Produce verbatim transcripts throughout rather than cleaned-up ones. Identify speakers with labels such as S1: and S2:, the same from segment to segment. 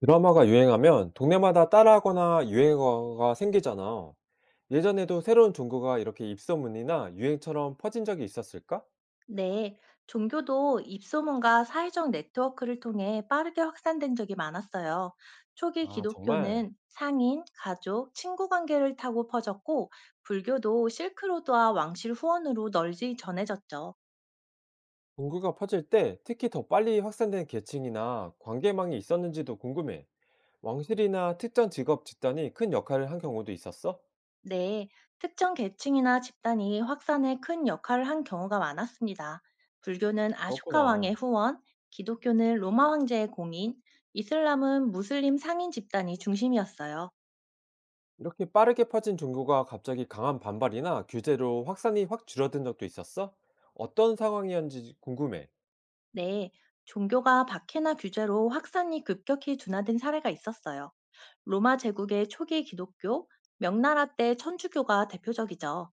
S1: 드라마가 유행하면 동네마다 따라하거나 유행어가 생기잖아. 예전에도 새로운 종교가 이렇게 입소문이나 유행처럼 퍼진 적이 있었을까?
S2: 네, 종교도 입소문과 사회적 네트워크를 통해 빠르게 확산된 적이 많았어요. 초기
S1: 아, 정말.
S2: 기독교는 상인, 가족, 친구 관계를 타고 퍼졌고, 불교도 실크로드와 왕실 후원으로 널리 전해졌죠.
S1: 종교가 퍼질 때 특히 더 빨리 확산된 계층이나 관계망이 있었는지도 궁금해. 왕실이나 특정 직업 집단이 큰 역할을 한 경우도 있었어?
S2: 네, 특정 계층이나 집단이 확산에 큰 역할을 한 경우가 많았습니다. 불교는 아쇼카 왕의
S1: 그렇구나.
S2: 후원, 기독교는 로마 황제의 공인, 이슬람은 무슬림 상인 집단이 중심이었어요.
S1: 이렇게 빠르게 퍼진 종교가 갑자기 강한 반발이나 규제로 확산이 확 줄어든 적도 있었어? 어떤 상황이었는지 궁금해.
S2: 네, 종교가 박해나 규제로 확산이 급격히 둔화된 사례가 있었어요. 로마 제국의 초기 기독교, 명나라 때 천주교가 대표적이죠.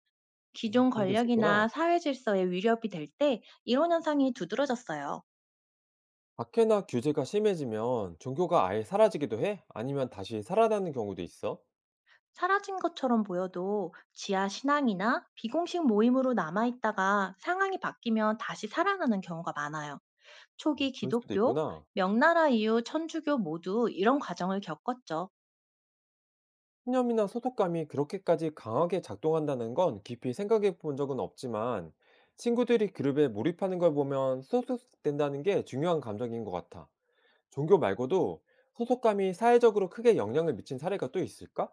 S1: 어,
S2: 기존
S1: 그런 게 있었구나.
S2: 권력이나 사회 질서에 위협이 될 때 이런 현상이 두드러졌어요.
S1: 박회나 규제가 심해지면 종교가 아예 사라지기도 해? 아니면 다시 살아나는 경우도 있어?
S2: 사라진 것처럼 보여도 지하 신앙이나 비공식 모임으로 남아있다가 상황이 바뀌면 다시 살아나는 경우가 많아요. 초기
S1: 그럴 수도
S2: 기독교,
S1: 있구나.
S2: 명나라 이후 천주교 모두 이런 과정을 겪었죠.
S1: 신념이나 소속감이 그렇게까지 강하게 작동한다는 건 깊이 생각해 본 적은 없지만 친구들이 그룹에 몰입하는 걸 보면 소속된다는 게 중요한 감정인 것 같아. 종교 말고도 소속감이 사회적으로 크게 영향을 미친 사례가 또 있을까?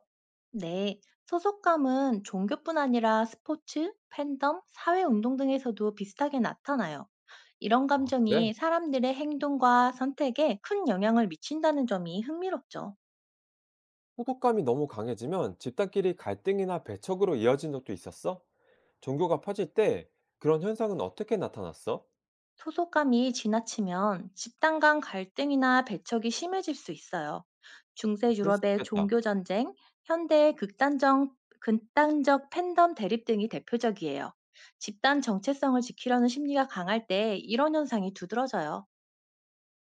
S2: 네, 소속감은 종교뿐 아니라 스포츠, 팬덤, 사회운동 등에서도 비슷하게 나타나요. 이런
S1: 아, 그래?
S2: 감정이 사람들의 행동과 선택에 큰 영향을 미친다는 점이 흥미롭죠.
S1: 소속감이 너무 강해지면 집단끼리 갈등이나 배척으로 이어진 적도 있었어? 종교가 퍼질 때 그런 현상은 어떻게 나타났어?
S2: 소속감이 지나치면 집단 간 갈등이나 배척이 심해질 수 있어요.
S1: 아,
S2: 중세
S1: 그럴 수
S2: 유럽의
S1: 있겠다.
S2: 종교 전쟁, 현대의 극단적, 극단적 팬덤 대립 등이 대표적이에요. 집단 정체성을 지키려는 심리가 강할 때 이런 현상이 두드러져요.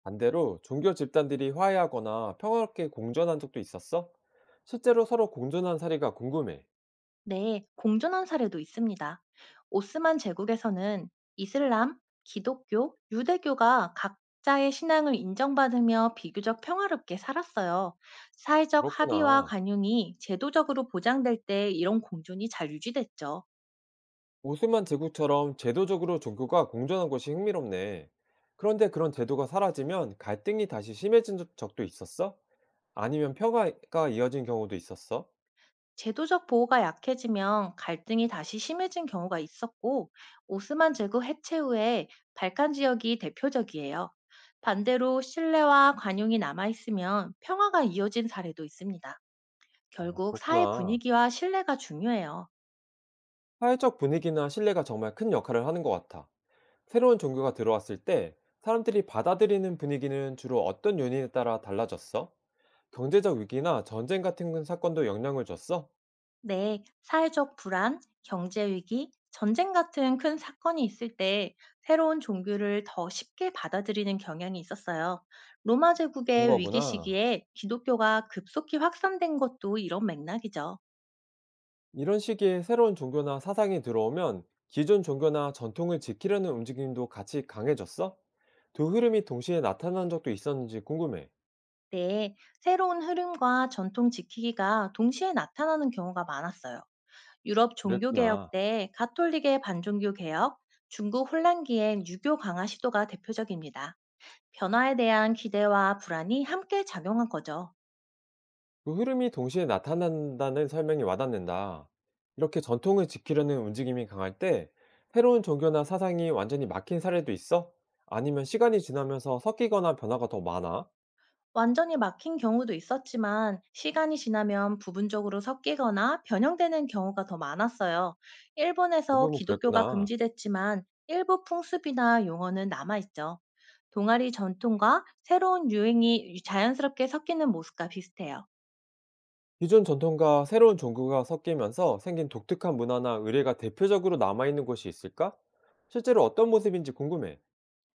S1: 반대로 종교 집단들이 화해하거나 평화롭게 공존한 적도 있었어? 실제로 서로 공존한 사례가 궁금해.
S2: 네, 공존한 사례도 있습니다. 오스만 제국에서는 이슬람, 기독교, 유대교가 각자의 신앙을 인정받으며 비교적 평화롭게 살았어요. 사회적 합의와
S1: 그렇구나.
S2: 관용이 제도적으로 보장될 때 이런 공존이 잘 유지됐죠.
S1: 오스만 제국처럼 제도적으로 종교가 공존한 것이 흥미롭네. 그런데 그런 제도가 사라지면 갈등이 다시 심해진 적- 적도 있었어? 아니면 평화가 이어진 경우도 있었어?
S2: 제도적 보호가 약해지면 갈등이 다시 심해진 경우가 있었고, 오스만 제국 해체 후에 발칸 지역이 대표적이에요. 반대로 신뢰와 관용이 남아있으면 평화가 이어진 사례도 있습니다.
S1: 아,
S2: 결국 사회
S1: 그렇구나.
S2: 분위기와 신뢰가 중요해요.
S1: 사회적 분위기나 신뢰가 정말 큰 역할을 하는 것 같아. 새로운 종교가 들어왔을 때 사람들이 받아들이는 분위기는 주로 어떤 요인에 따라 달라졌어? 경제적 위기나 전쟁 같은 사건도 영향을 줬어?
S2: 네, 사회적 불안, 경제 위기, 전쟁 같은 큰 사건이 있을 때 새로운 종교를 더 쉽게 받아들이는 경향이 있었어요. 로마
S1: 그런
S2: 제국의 위기
S1: 거구나.
S2: 시기에 기독교가 급속히 확산된 것도 이런 맥락이죠.
S1: 이런 시기에 새로운 종교나 사상이 들어오면 기존 종교나 전통을 지키려는 움직임도 같이 강해졌어? 두 흐름이 동시에 나타난 적도 있었는지 궁금해.
S2: 네, 새로운 흐름과 전통 지키기가 동시에 나타나는 경우가 많았어요. 유럽 종교개혁
S1: 그랬구나.
S2: 때 가톨릭의 반종교 개혁, 중국 혼란기엔 유교 강화 시도가 대표적입니다. 변화에 대한 기대와 불안이 함께 작용한 거죠.
S1: 그 흐름이 동시에 나타난다는 설명이 와닿는다. 이렇게 전통을 지키려는 움직임이 강할 때 새로운 종교나 사상이 완전히 막힌 사례도 있어? 아니면 시간이 지나면서 섞이거나 변화가 더 많아?
S2: 완전히 막힌 경우도 있었지만 시간이 지나면 부분적으로 섞이거나 변형되는 경우가 더 많았어요. 일본에서
S1: 대부분
S2: 기독교가
S1: 그랬구나.
S2: 금지됐지만 일부 풍습이나 용어는 남아있죠. 동아리 전통과 새로운 유행이 자연스럽게 섞이는 모습과 비슷해요.
S1: 기존 전통과 새로운 종교가 섞이면서 생긴 독특한 문화나 의례가 대표적으로 남아있는 곳이 있을까? 실제로 어떤 모습인지 궁금해.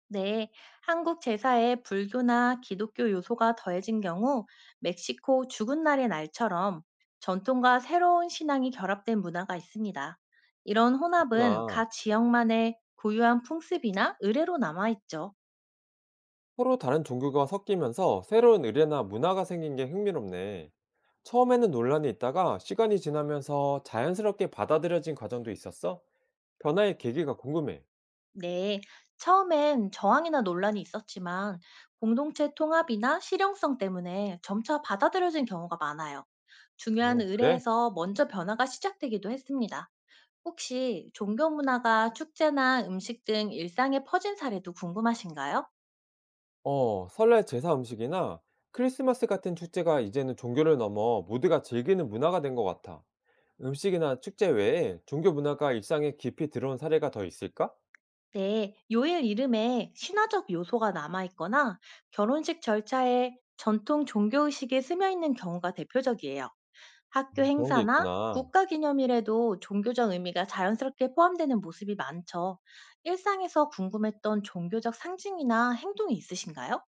S2: 네, 한국 제사에 불교나 기독교 요소가 더해진 경우 멕시코 죽은 날의 날처럼 전통과 새로운 신앙이 결합된 문화가 있습니다. 이런 혼합은
S1: 그렇구나.
S2: 각 지역만의 고유한 풍습이나 의례로 남아있죠.
S1: 서로 다른 종교가 섞이면서 새로운 의례나 문화가 생긴 게 흥미롭네. 처음에는 논란이 있다가 시간이 지나면서 자연스럽게 받아들여진 과정도 있었어? 변화의 계기가 궁금해.
S2: 네, 처음엔 저항이나 논란이 있었지만 공동체 통합이나 실용성 때문에 점차 받아들여진 경우가 많아요. 중요한
S1: 오, 그래?
S2: 의례에서 먼저 변화가 시작되기도 했습니다. 혹시 종교 문화가 축제나 음식 등 일상에 퍼진 사례도 궁금하신가요?
S1: 어, 설날 제사 음식이나 크리스마스 같은 축제가 이제는 종교를 넘어 모두가 즐기는 문화가 된 것 같아. 음식이나 축제 외에 종교 문화가 일상에 깊이 들어온 사례가 더 있을까?
S2: 네, 요일 이름에 신화적 요소가 남아있거나 결혼식 절차에 전통 종교 의식이 스며 있는 경우가 대표적이에요. 학교
S1: 음, 그런 게
S2: 행사나
S1: 있구나.
S2: 국가 기념일에도 종교적 의미가 자연스럽게 포함되는 모습이 많죠. 일상에서 궁금했던 종교적 상징이나 행동이 있으신가요?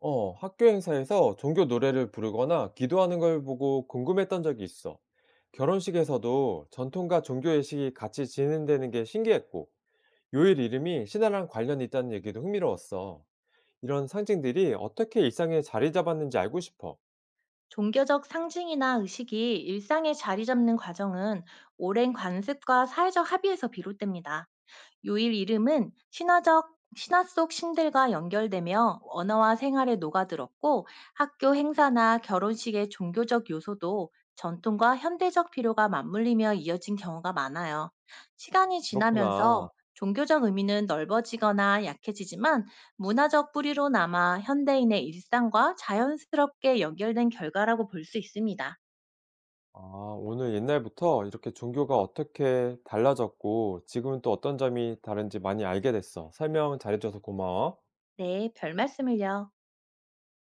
S1: 어, 학교 행사에서 종교 노래를 부르거나 기도하는 걸 보고 궁금했던 적이 있어. 결혼식에서도 전통과 종교 예식이 같이 진행되는 게 신기했고, 요일 이름이 신화랑 관련이 있다는 얘기도 흥미로웠어. 이런 상징들이 어떻게 일상에 자리 잡았는지 알고 싶어.
S2: 종교적 상징이나 의식이 일상에 자리 잡는 과정은 오랜 관습과 사회적 합의에서 비롯됩니다. 요일 이름은 신화적 신화 속 신들과 연결되며 언어와 생활에 녹아들었고 학교 행사나 결혼식의 종교적 요소도 전통과 현대적 필요가 맞물리며 이어진 경우가 많아요. 시간이 지나면서
S1: 그렇구나.
S2: 종교적 의미는 넓어지거나 약해지지만 문화적 뿌리로 남아 현대인의 일상과 자연스럽게 연결된 결과라고 볼 수 있습니다.
S1: 아, 오늘 옛날부터 이렇게 종교가 어떻게 달라졌고, 지금은 또 어떤 점이 다른지 많이 알게 됐어. 설명 잘해줘서 고마워.
S2: 네, 별 말씀을요.